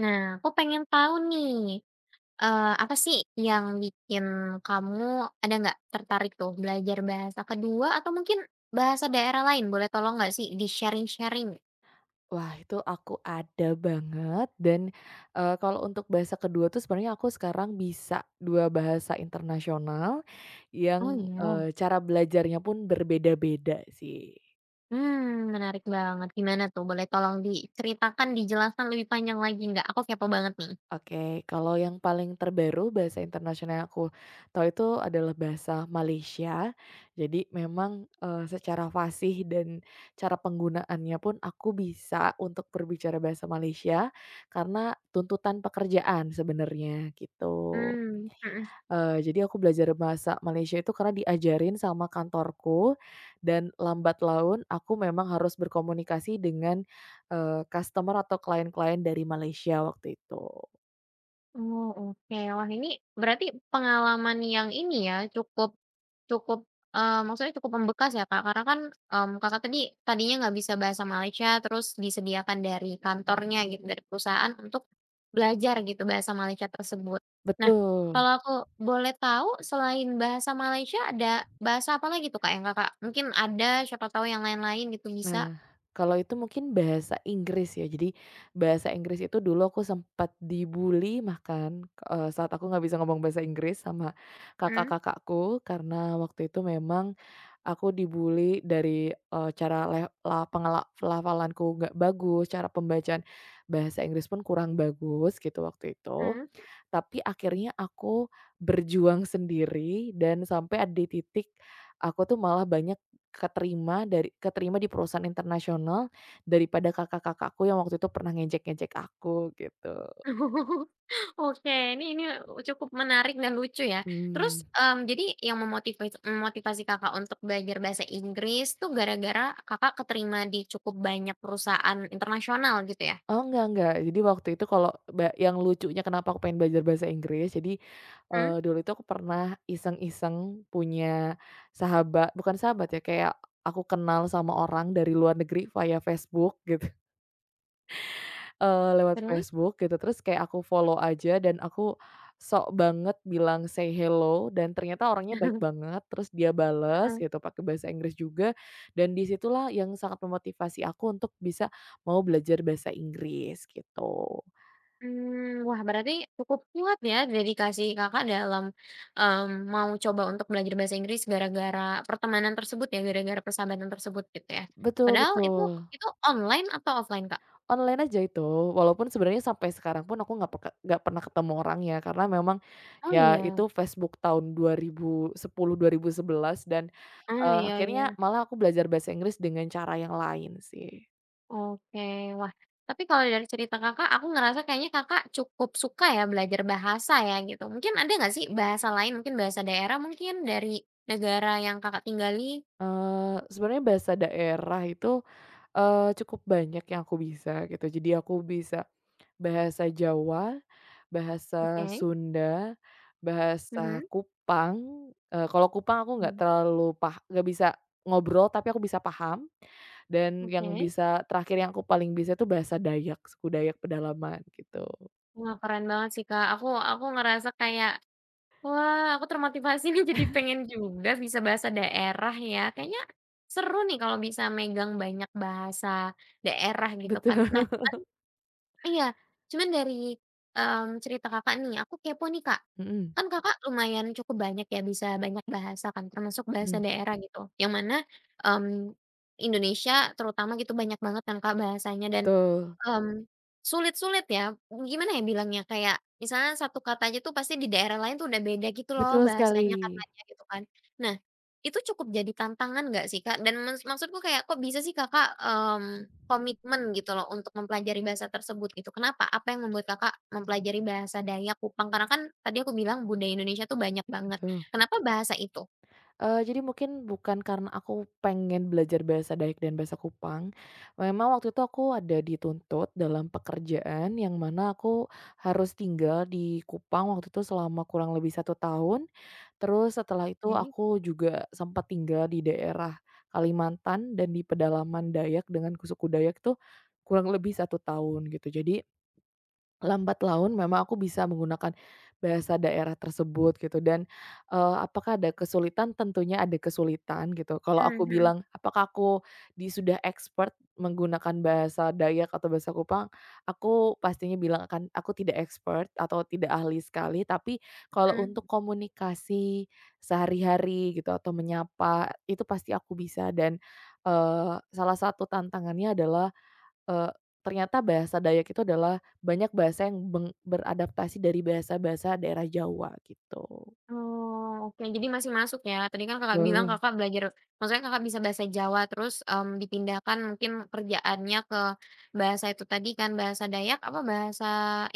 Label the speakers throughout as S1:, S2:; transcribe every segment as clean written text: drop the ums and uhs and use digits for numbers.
S1: Nah, aku pengen tahu nih, apa sih yang bikin kamu ada nggak tertarik tuh belajar bahasa kedua atau mungkin bahasa daerah lain? Boleh tolong nggak sih di-sharing-sharing?
S2: Wah, itu aku ada banget dan kalau untuk bahasa kedua tuh sebenarnya aku sekarang bisa 2 bahasa internasional
S1: Oh,
S2: yang,
S1: iya.
S2: eee, cara belajarnya pun berbeda-beda sih.
S1: Hmm, menarik banget. Gimana tuh? Boleh tolong diceritakan, dijelaskan lebih panjang lagi nggak? Aku kepo banget nih.
S2: Oke, kalau yang paling terbaru bahasa internasional yang aku tahu itu adalah bahasa Malaysia. Jadi memang secara fasih dan cara penggunaannya pun aku bisa untuk berbicara bahasa Malaysia karena tuntutan pekerjaan sebenarnya, gitu.
S1: Mmm. Mhm.
S2: Jadi aku belajar bahasa Malaysia itu karena diajarin sama kantorku dan lambat laun aku memang harus berkomunikasi dengan customer atau klien-klien dari Malaysia waktu itu.
S1: Oh, oke. Wah, ini berarti pengalaman yang ini ya, cukup cukup, eee, maksudnya cukup membekas ya, Kak, karena kan, Kakak tadi tadinya nggak bisa bahasa Malaysia, terus disediakan dari kantornya gitu, dari perusahaan untuk belajar gitu bahasa Malaysia tersebut. Nah,
S2: Betul.
S1: kalau aku boleh tahu selain bahasa Malaysia ada bahasa apa lagi tuh, Kak, yang Kakak mungkin ada, siapa tahu yang lain-lain gitu bisa?
S2: Nah, kalau itu mungkin bahasa Inggris ya. Jadi, bahasa Inggris itu dulu aku sempat dibully makan saat aku nggak bisa ngomong bahasa Inggris sama
S1: Mmm,
S2: kakak-kakakku, karena waktu itu memang aku dibully dari cara le la pengela pelafalanku nggak bagus, cara pembacaan bahasa Inggris pun kurang bagus gitu waktu itu.
S1: mhm.
S2: Tapi akhirnya aku berjuang sendiri dan sampai ada di titik aku tuh malah banyak keterima di perusahaan internasional daripada kakak-kakakku yang waktu itu pernah ngejek-ngejek aku gitu.
S1: Oke, ini cukup menarik dan lucu ya. Terus,
S2: Mmm,
S1: mmm, jadi yang memotivasi memotivasi Kakak untuk belajar bahasa Inggris tuh gara-gara Kakak keterima di cukup banyak perusahaan internasional gitu ya?
S2: oh, enggak, jadi waktu itu kalau yang lucunya kenapa aku pengen belajar bahasa Inggris, jadi,
S1: Mhm,
S2: eee, dulu itu aku pernah iseng-iseng punya sahabat bukan sahabat ya, kayak aku kenal sama orang dari luar negeri via Facebook gitu. Lewat
S1: terus?
S2: Facebook gitu, terus kayak aku follow aja dan aku sok banget bilang say hello dan ternyata orangnya baik banget, terus dia bales
S1: Heeh,
S2: gitu pakai bahasa Inggris juga dan di situlah yang sangat memotivasi aku untuk bisa mau belajar bahasa Inggris gitu.
S1: mmm, wah berarti cukup kuat ya dedikasi Kakak dalam, mau coba untuk belajar bahasa Inggris gara-gara pertemanan tersebut ya, gara-gara persahabatan tersebut gitu ya?
S2: Betul
S1: Padahal itu
S2: betul.
S1: itu online atau offline, Kak?
S2: Online aja itu, walaupun sebenarnya sampai sekarang pun aku nggak pernah ketemu orangnya karena memang
S1: Oh
S2: ya
S1: iya.
S2: itu Facebook tahun 2010, 2011 dan,
S1: Oh,
S2: eee,
S1: iya
S2: akhirnya
S1: iya.
S2: malah aku belajar bahasa Inggris dengan cara yang lain sih.
S1: Oke, wah, tapi kalau dari cerita Kakak, aku ngerasa kayaknya Kakak cukup suka ya belajar bahasa ya gitu. Mungkin ada nggak sih bahasa lain, mungkin bahasa daerah mungkin dari negara yang Kakak tinggali?
S2: Sebenarnya bahasa daerah itu cukup banyak yang aku bisa gitu. Jadi aku bisa bahasa Jawa, bahasa
S1: Oke,
S2: Sunda, bahasa
S1: mhm,
S2: Kupang, kalau Kupang aku nggak
S1: mmm,
S2: terlalu pah nggak bisa ngobrol tapi aku bisa paham, dan yang
S1: oke.
S2: bisa terakhir yang aku paling bisa itu bahasa Dayak, suku Dayak pedalaman gitu.
S1: Wah, keren banget sih, Kak. Aku ngerasa kayak, wah, aku termotivasi nih jadi pengen juga bisa bahasa daerah ya. Kayaknya seru nih kalau bisa megang banyak bahasa daerah gitu kan.
S2: Betul,
S1: Nah, cuman iya, cuman dari, cerita Kakak nih, aku kepo nih, Kak.
S2: mhm
S1: Kan Kakak lumayan cukup banyak ya, bisa banyak bahasa kan, termasuk bahasa
S2: mhm,
S1: daerah gitu, yang mana, mmm, Indonesia terutama gitu banyak banget kan Kak bahasanya dan,
S2: betul,
S1: mmm, sulit-sulit ya, gimana ya bilangnya, kayak misalnya satu kata aja tuh pasti di daerah lain tuh udah beda gitu loh
S2: betul sekali,
S1: bahasanya. Mhm, katanya gitu kan. Nah, itu cukup jadi tantangan nggak sih, Kak? Dan maksudku kayak kok bisa sih Kakak, komitmen gitu loh untuk mempelajari bahasa tersebut gitu, kenapa? Apa yang membuat Kakak mempelajari bahasa Dayak, Kupang? Karena kan tadi aku bilang budaya Indonesia tuh banyak banget,
S2: betul.
S1: kenapa bahasa itu?
S2: Jadi mungkin bukan karena aku pengen belajar bahasa Dayak dan bahasa Kupang, memang waktu itu aku ada dituntut dalam pekerjaan yang mana aku harus tinggal di Kupang waktu itu selama kurang lebih satu tahun, terus setelah itu
S1: Oke.
S2: aku juga sempat tinggal di daerah Kalimantan dan di pedalaman Dayak dengan suku Dayak tuh kurang lebih satu tahun gitu. Jadi lambat laun memang aku bisa menggunakan bahasa daerah tersebut gitu dan apakah ada kesulitan? Tentunya ada kesulitan gitu. Kalau aku
S1: Mhm
S2: bilang, apakah aku sudah expert menggunakan bahasa Dayak atau bahasa Kupang? Aku pastinya bilang akan aku tidak expert atau tidak ahli sekali, tapi kalau untuk
S1: mhm.
S2: komunikasi sehari-hari gitu atau menyapa, itu pasti aku bisa dan salah satu tantangannya adalah Eee, ternyata bahasa Dayak itu adalah banyak bahasa yang beradaptasi dari bahasa-bahasa daerah Jawa gitu.
S1: Oh, oke. Jadi masih masuk ya? Tadi kan Kakak bilang
S2: Betul.
S1: Kakak belajar maksudnya Kakak bisa bahasa Jawa terus, dipindahkan mungkin kerjaannya ke bahasa itu tadi kan, bahasa Dayak apa bahasa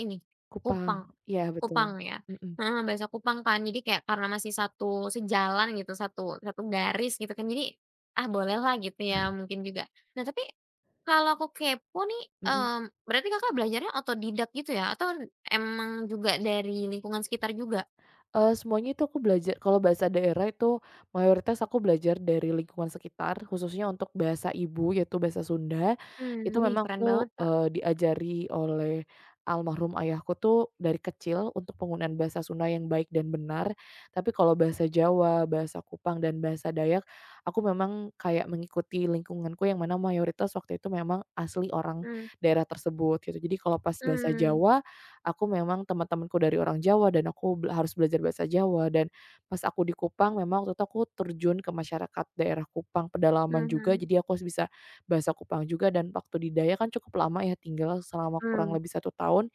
S1: ini,
S2: Kupang,
S1: Kupang?
S2: iya betul.
S1: Kupang ya?
S2: Mhm,
S1: Heeh, bahasa Kupang kan. Jadi kayak karena masih satu sejalan gitu, satu satu garis gitu kan, jadi, ah, bolehlah gitu ya mungkin juga. Nah, tapi kalau aku kepo nih,
S2: mhm.
S1: berarti Kakak belajarnya otodidak gitu ya? Atau emang juga dari lingkungan sekitar juga?
S2: Semuanya itu aku belajar kalau bahasa daerah itu mayoritas aku belajar dari lingkungan sekitar, khususnya untuk bahasa ibu yaitu bahasa Sunda,
S1: Mmm,
S2: itu
S1: wih
S2: memang
S1: keren banget
S2: aku,
S1: Kak,
S2: eee, diajari oleh almarhum ayahku tuh dari kecil untuk penggunaan bahasa Sunda yang baik dan benar. Tapi kalau bahasa Jawa, bahasa Kupang, dan bahasa Dayak, aku memang kayak mengikuti lingkunganku yang mana mayoritas waktu itu memang asli orang
S1: mmm,
S2: daerah tersebut gitu. Jadi kalau pas bahasa
S1: mmm,
S2: Jawa, aku memang teman-temanku dari orang Jawa dan aku harus belajar bahasa Jawa dan pas aku di Kupang memang waktu itu aku terjun ke masyarakat daerah Kupang,
S1: mhm
S2: pedalaman
S1: mhm
S2: juga
S1: mhm,
S2: jadi aku harus bisa bahasa Kupang juga dan waktu di Dayak kan cukup lama ya tinggal selama kurang
S1: mmm,
S2: lebih satu tahun.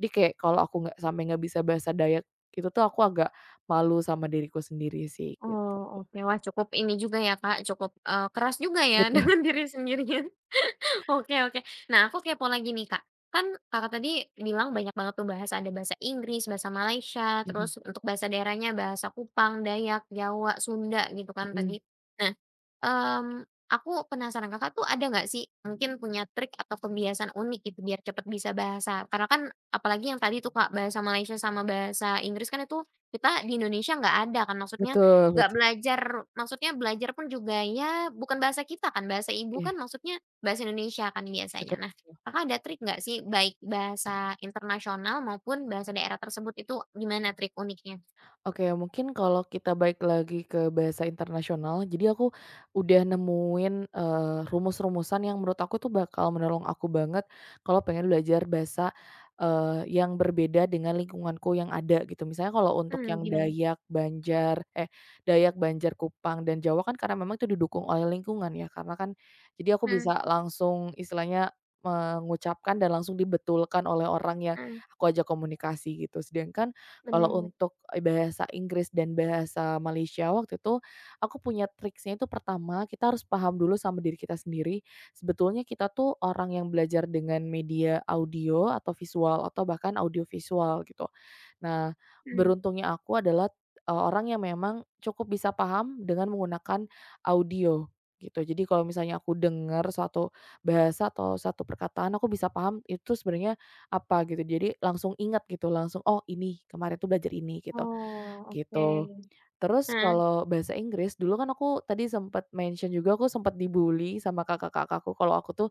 S2: Jadi kayak kalau aku nggak bisa bahasa Dayak itu tuh aku agak malu sama diriku sendiri sih gitu.
S1: oh oke wah cukup ini juga ya Kak cukup, keras juga ya
S2: Betul.
S1: dengan diri sendiri. Oke oke. Nah, aku kepo lagi nih, Kak. Kan Kakak tadi bilang banyak banget tuh bahasa, ada bahasa Inggris, bahasa Malaysia,
S2: Mhm
S1: terus untuk bahasa daerahnya bahasa Kupang, Dayak, Jawa, Sunda gitu kan
S2: mhm.
S1: tadi. Nah, mmm, aku penasaran Kakak tuh ada nggak sih mungkin punya trik atau kebiasaan unik gitu biar cepet bisa bahasa? Karena kan apalagi yang tadi tuh, Kak, bahasa Malaysia sama bahasa Inggris kan itu kita di Indonesia nggak ada kan, maksudnya
S2: Betul
S1: nggak
S2: betul.
S1: belajar maksudnya belajar pun juga ya bukan bahasa kita kan, bahasa ibu
S2: Iya,
S1: kan maksudnya bahasa Indonesia kan biasanya. Nah,
S2: betul.
S1: Kakak ada trik nggak sih baik bahasa internasional maupun bahasa daerah tersebut itu gimana trik uniknya?
S2: Oke, mungkin kalau kita balik lagi ke bahasa internasional, jadi aku udah nemuin rumus-rumusan yang menurut aku tuh bakal menolong aku banget kalau pengen belajar bahasa yang berbeda dengan lingkunganku yang ada gitu. Misalnya kalau untuk
S1: Mmm,
S2: yang
S1: gimana?
S2: Dayak, Banjar, Kupang, dan Jawa kan karena memang itu didukung oleh lingkungan ya, karena kan jadi aku
S1: Mhm
S2: bisa langsung istilahnya mengucapkan dan langsung dibetulkan oleh orang yang
S1: mhm,
S2: aku ajak komunikasi gitu. Sedangkan kalau
S1: bener,
S2: untuk bahasa Inggris dan bahasa Malaysia waktu itu, aku punya triksnya itu pertama kita harus paham dulu sama diri kita sendiri, sebetulnya kita tuh orang yang belajar dengan media audio atau visual atau bahkan audio visual gitu. Nah,
S1: mhm.
S2: beruntungnya aku adalah orang yang memang cukup bisa paham dengan menggunakan audio, gitu. Jadi kalau misalnya aku dengar suatu bahasa atau satu perkataan, aku bisa paham itu sebenarnya apa, gitu. Jadi langsung ingat gitu, langsung, "Oh ini, kemarin tuh belajar ini," gitu,
S1: Oh, oke.
S2: gitu. Terus
S1: Heeh.
S2: kalau bahasa Inggris, dulu kan aku tadi sempat mention juga, aku sempat dibully sama kakak-kakakku kalau aku tuh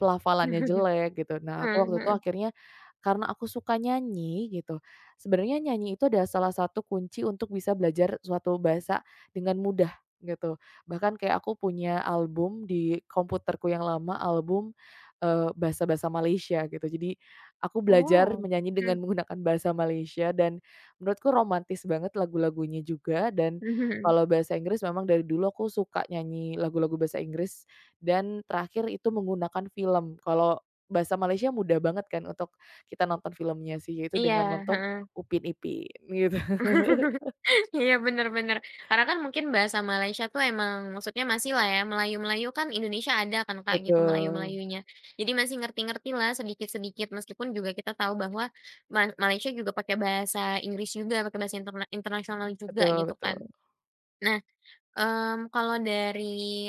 S2: pelafalannya jelek gitu. Nah,
S1: Heeh
S2: aku waktu itu
S1: heeh.
S2: akhirnya karena aku suka nyanyi gitu, sebenarnya nyanyi itu adalah salah satu kunci untuk bisa belajar suatu bahasa dengan mudah gitu. Bahkan kayak aku punya album di komputerku yang lama, album bahasa-bahasa Malaysia gitu. Jadi aku belajar
S1: Oh.
S2: menyanyi dengan
S1: Mhm
S2: menggunakan bahasa Malaysia dan menurutku romantis banget lagu-lagunya juga dan kalau bahasa Inggris memang dari dulu aku suka nyanyi lagu-lagu bahasa Inggris dan terakhir itu menggunakan film. Kalau bahasa Malaysia mudah banget kan untuk kita nonton filmnya sih, yaitu dengan
S1: Iya,
S2: nonton
S1: heeh.
S2: Upin Ipin gitu.
S1: Iya, bener bener. Karena kan mungkin bahasa Malaysia tuh emang maksudnya masih lah ya, Melayu-Melayu kan Indonesia ada kan Kak, gitu
S2: Betul,
S1: Melayu-Melayunya. Jadi masih ngerti-ngertilah sedikit-sedikit, meskipun juga kita tahu bahwa Malaysia juga pakai bahasa Inggris juga, pakai bahasa internasional juga
S2: betul
S1: gitu kan.
S2: betul.
S1: Nah, kalau dari,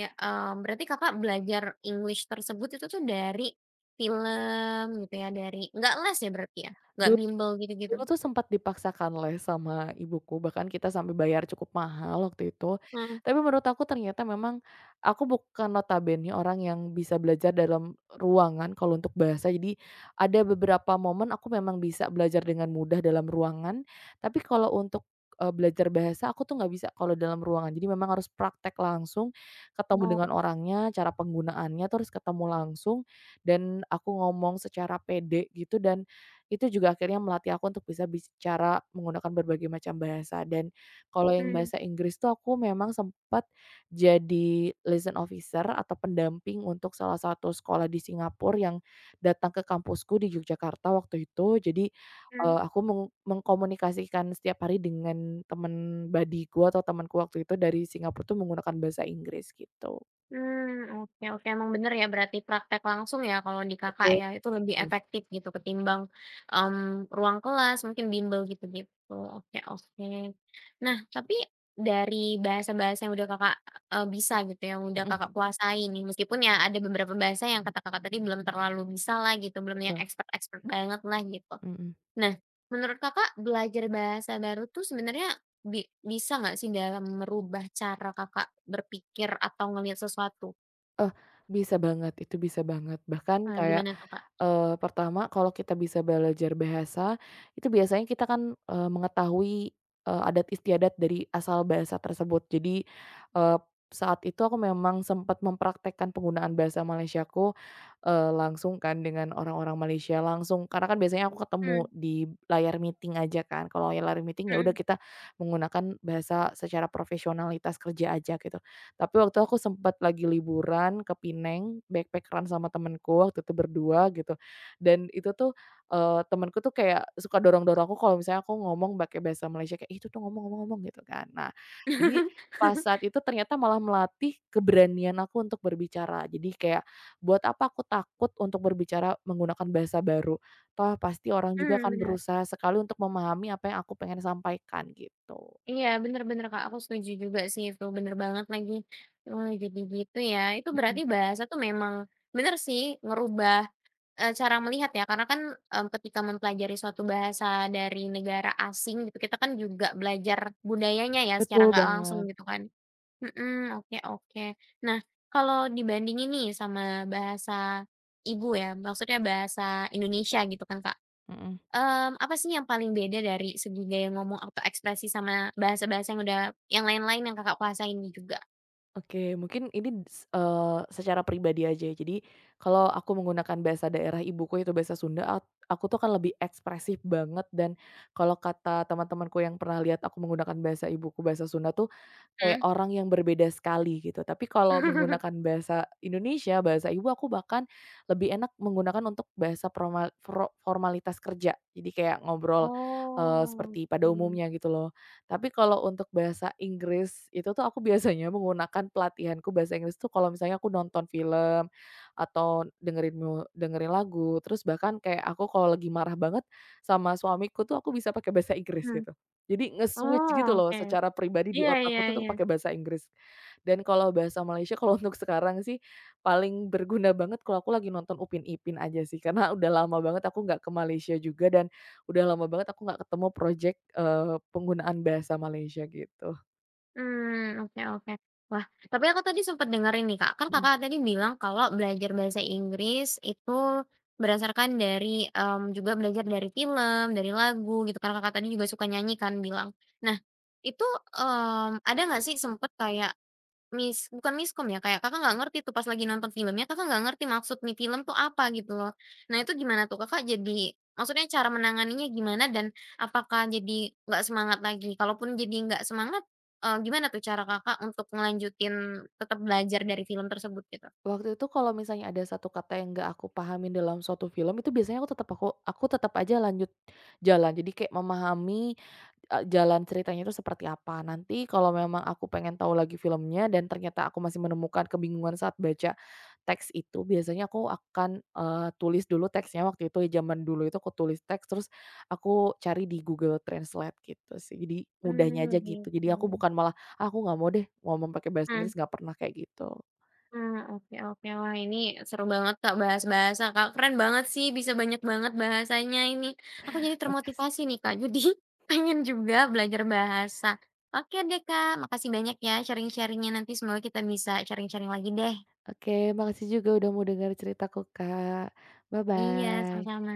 S1: berarti Kakak belajar English tersebut itu tuh dari film gitu ya, dari nggak les ya berarti ya? Nggak bimbel gitu-gitu?
S2: Dulu tuh sempat dipaksakan les sama ibuku, bahkan kita sampai bayar cukup mahal waktu itu.
S1: Mhm.
S2: Tapi menurut aku ternyata memang aku bukan notabene orang yang bisa belajar dalam ruangan kalau untuk bahasa. Jadi ada beberapa momen aku memang bisa belajar dengan mudah dalam ruangan, tapi kalau untuk, belajar bahasa aku tuh nggak bisa kalau dalam ruangan. Jadi memang harus praktek langsung, ketemu dengan
S1: Oh.
S2: orangnya, cara penggunaannya tuh harus ketemu langsung, dan aku ngomong secara pede gitu dan itu juga akhirnya melatih aku untuk bisa bicara menggunakan berbagai macam bahasa dan kalau yang
S1: Mmm,
S2: bahasa Inggris tuh aku memang sempat jadi liaison officer atau pendamping untuk salah satu sekolah di Singapura yang datang ke kampusku di Yogyakarta waktu itu. Jadi,
S1: mhm.
S2: eee, aku mengkomunikasikan setiap hari dengan teman badiku atau temanku waktu itu dari Singapura tuh menggunakan bahasa Inggris gitu.
S1: Hmm, oke oke, emang bener ya berarti praktek langsung ya kalau di Kakak
S2: Betul,
S1: ya, itu lebih
S2: mmm.
S1: efektif gitu ketimbang, ruang kelas mungkin bimbel gitu-gitu, oke oke. Nah tapi dari bahasa-bahasa yang udah Kakak, bisa gitu yang udah
S2: Mhm,
S1: Kakak Mhm. kuasai nih meskipun ya ada beberapa bahasa yang kata Kakak tadi belum terlalu bisa lah gitu, belum yang
S2: betul,
S1: expert-expert banget lah gitu.
S2: mhm.
S1: Nah menurut Kakak belajar bahasa baru tuh sebenarnya bisa nggak sih dalam merubah cara Kakak berpikir atau ngelihat sesuatu?
S2: Eh, bisa banget, itu bisa banget. Bahkan
S1: Ah
S2: kayak
S1: gimana tuh, Kak?
S2: Pertama kalau kita bisa belajar bahasa, itu biasanya kita kan mengetahui adat istiadat dari asal bahasa tersebut. Jadi, eee, saat itu aku memang sempat mempraktekkan penggunaan bahasa Malaysiaku langsung kan dengan orang-orang Malaysia langsung. Karena kan biasanya aku ketemu
S1: Mhm,
S2: di layar meeting aja kan, kalau layar meeting ya udah
S1: mhm.
S2: kita menggunakan bahasa secara profesionalitas kerja aja gitu. Tapi waktu aku sempet lagi liburan ke Pineng, backpackeran sama temenku waktu itu berdua gitu, dan itu tuh temenku tuh kayak suka dorong-dorong aku kalau misalnya aku ngomong pakai bahasa Malaysia kayak, "Ih, itu tuh ngomong ngomong gitu kan. Nah, jadi pas saat itu ternyata malah melatih keberanian aku untuk berbicara. Jadi kayak, buat apa aku takut untuk berbicara menggunakan bahasa baru, toh pasti orang juga
S1: Mhm,
S2: akan
S1: bener.
S2: berusaha sekali untuk memahami apa yang aku pengen sampaikan gitu.
S1: Iya, bener bener, Kak, aku setuju juga sih itu, bener banget lagi. Oh, jadi gitu ya. Itu berarti
S2: Mhm,
S1: bahasa tuh memang bener sih ngerubah, cara melihat ya, karena kan, ketika mempelajari suatu bahasa dari negara asing gitu, kita kan juga belajar budayanya ya secara
S2: betul
S1: nggak langsung
S2: banget,
S1: gitu kan. Mhm, oke oke. Nah, kalau dibandingin nih sama bahasa ibu ya, maksudnya bahasa Indonesia gitu kan, Kak.
S2: mhm.
S1: Mmm, apa sih yang paling beda dari segi gaya ngomong atau ekspresi sama bahasa-bahasa yang udah yang lain-lain yang Kakak kuasain nih juga?
S2: Oke, mungkin ini secara pribadi aja ya. Jadi, kalau aku menggunakan bahasa daerah ibuku itu bahasa Sunda, aku tuh kan lebih ekspresif banget dan kalau kata teman-temanku yang pernah lihat aku menggunakan bahasa ibuku, bahasa Sunda tuh, kayak
S1: Mhm.
S2: orang yang berbeda sekali gitu. Tapi kalau menggunakan bahasa Indonesia, bahasa ibu, aku bahkan lebih enak menggunakan untuk bahasa formal formalitas kerja. Jadi kayak ngobrol
S1: Oh,
S2: seperti pada
S1: oke.
S2: umumnya gitu loh. Tapi kalau untuk bahasa Inggris itu tuh aku biasanya menggunakan pelatihanku bahasa Inggris tuh kalau misalnya aku nonton film atau dengerin lagu, terus bahkan kayak aku kalau lagi marah banget sama suamiku tuh aku bisa pakai bahasa Inggris
S1: Mhm.
S2: gitu. Jadi nge-switch gitu
S1: Oh,
S2: loh
S1: oke.
S2: secara pribadi di
S1: Iya iya
S2: otakku tuh untuk
S1: iya.
S2: pakai bahasa Inggris. Dan kalau bahasa Malaysia kalau untuk sekarang sih paling berguna banget kalau aku lagi nonton Upin Ipin aja sih, karena udah lama banget aku nggak ke Malaysia juga dan udah lama banget aku nggak ketemu projek penggunaan bahasa Malaysia gitu.
S1: Mmm, oke oke. Wah, tapi aku tadi sempet dengerin nih, Kak, kan
S2: Mhm.
S1: Kakak tadi bilang kalau belajar bahasa Inggris itu berdasarkan dari, juga belajar dari film, dari lagu gitu kan Kakak tadi juga suka nyanyi kan bilang. Nah, itu, ada nggak sih sempet kayak bukan miskom ya, kayak Kakak nggak ngerti tuh pas lagi nonton filmnya, Kakak nggak ngerti maksud nih film tuh apa gitu loh. Nah itu gimana tuh Kakak jadi maksudnya cara menanganinya gimana dan apakah jadi nggak semangat lagi? Kalaupun jadi nggak semangat, gimana tuh cara Kakak untuk ngelanjutin tetap belajar dari film tersebut gitu?
S2: Waktu itu kalau misalnya ada satu kata yang nggak aku pahamin dalam suatu film itu biasanya aku tetap aja lanjut jalan. Jadi kayak memahami jalan ceritanya itu seperti apa. Nanti kalau memang aku pengen tahu lagi filmnya dan ternyata aku masih menemukan kebingungan saat baca teks itu, biasanya aku akan tulis dulu teksnya waktu itu ya zaman dulu itu aku tulis teks terus aku cari di Google Translate gitu sih. Jadi mudahnya
S1: Mmm,
S2: aja gitu. Jadi
S1: gitu.
S2: aku bukan malah, "Ah, aku nggak mau deh ngomong pakai bahasa
S1: Mmm.
S2: Inggris," nggak pernah kayak gitu.
S1: Nah, oke oke. Wah, ini seru banget, Kak, bahas bahasa, Kak. Keren banget sih bisa banyak banget bahasanya ini. Aku jadi
S2: Makasih.
S1: termotivasi nih, Kak. Jadi pengen juga belajar bahasa. Oke deh, Kak. Makasih banyak ya sharing sharing nanti semoga kita bisa sharing-sharing lagi deh.
S2: Oke, makasih juga udah mau dengar ceritaku, Kak.
S1: Iya,
S2: Bye-bye.
S1: sama-sama.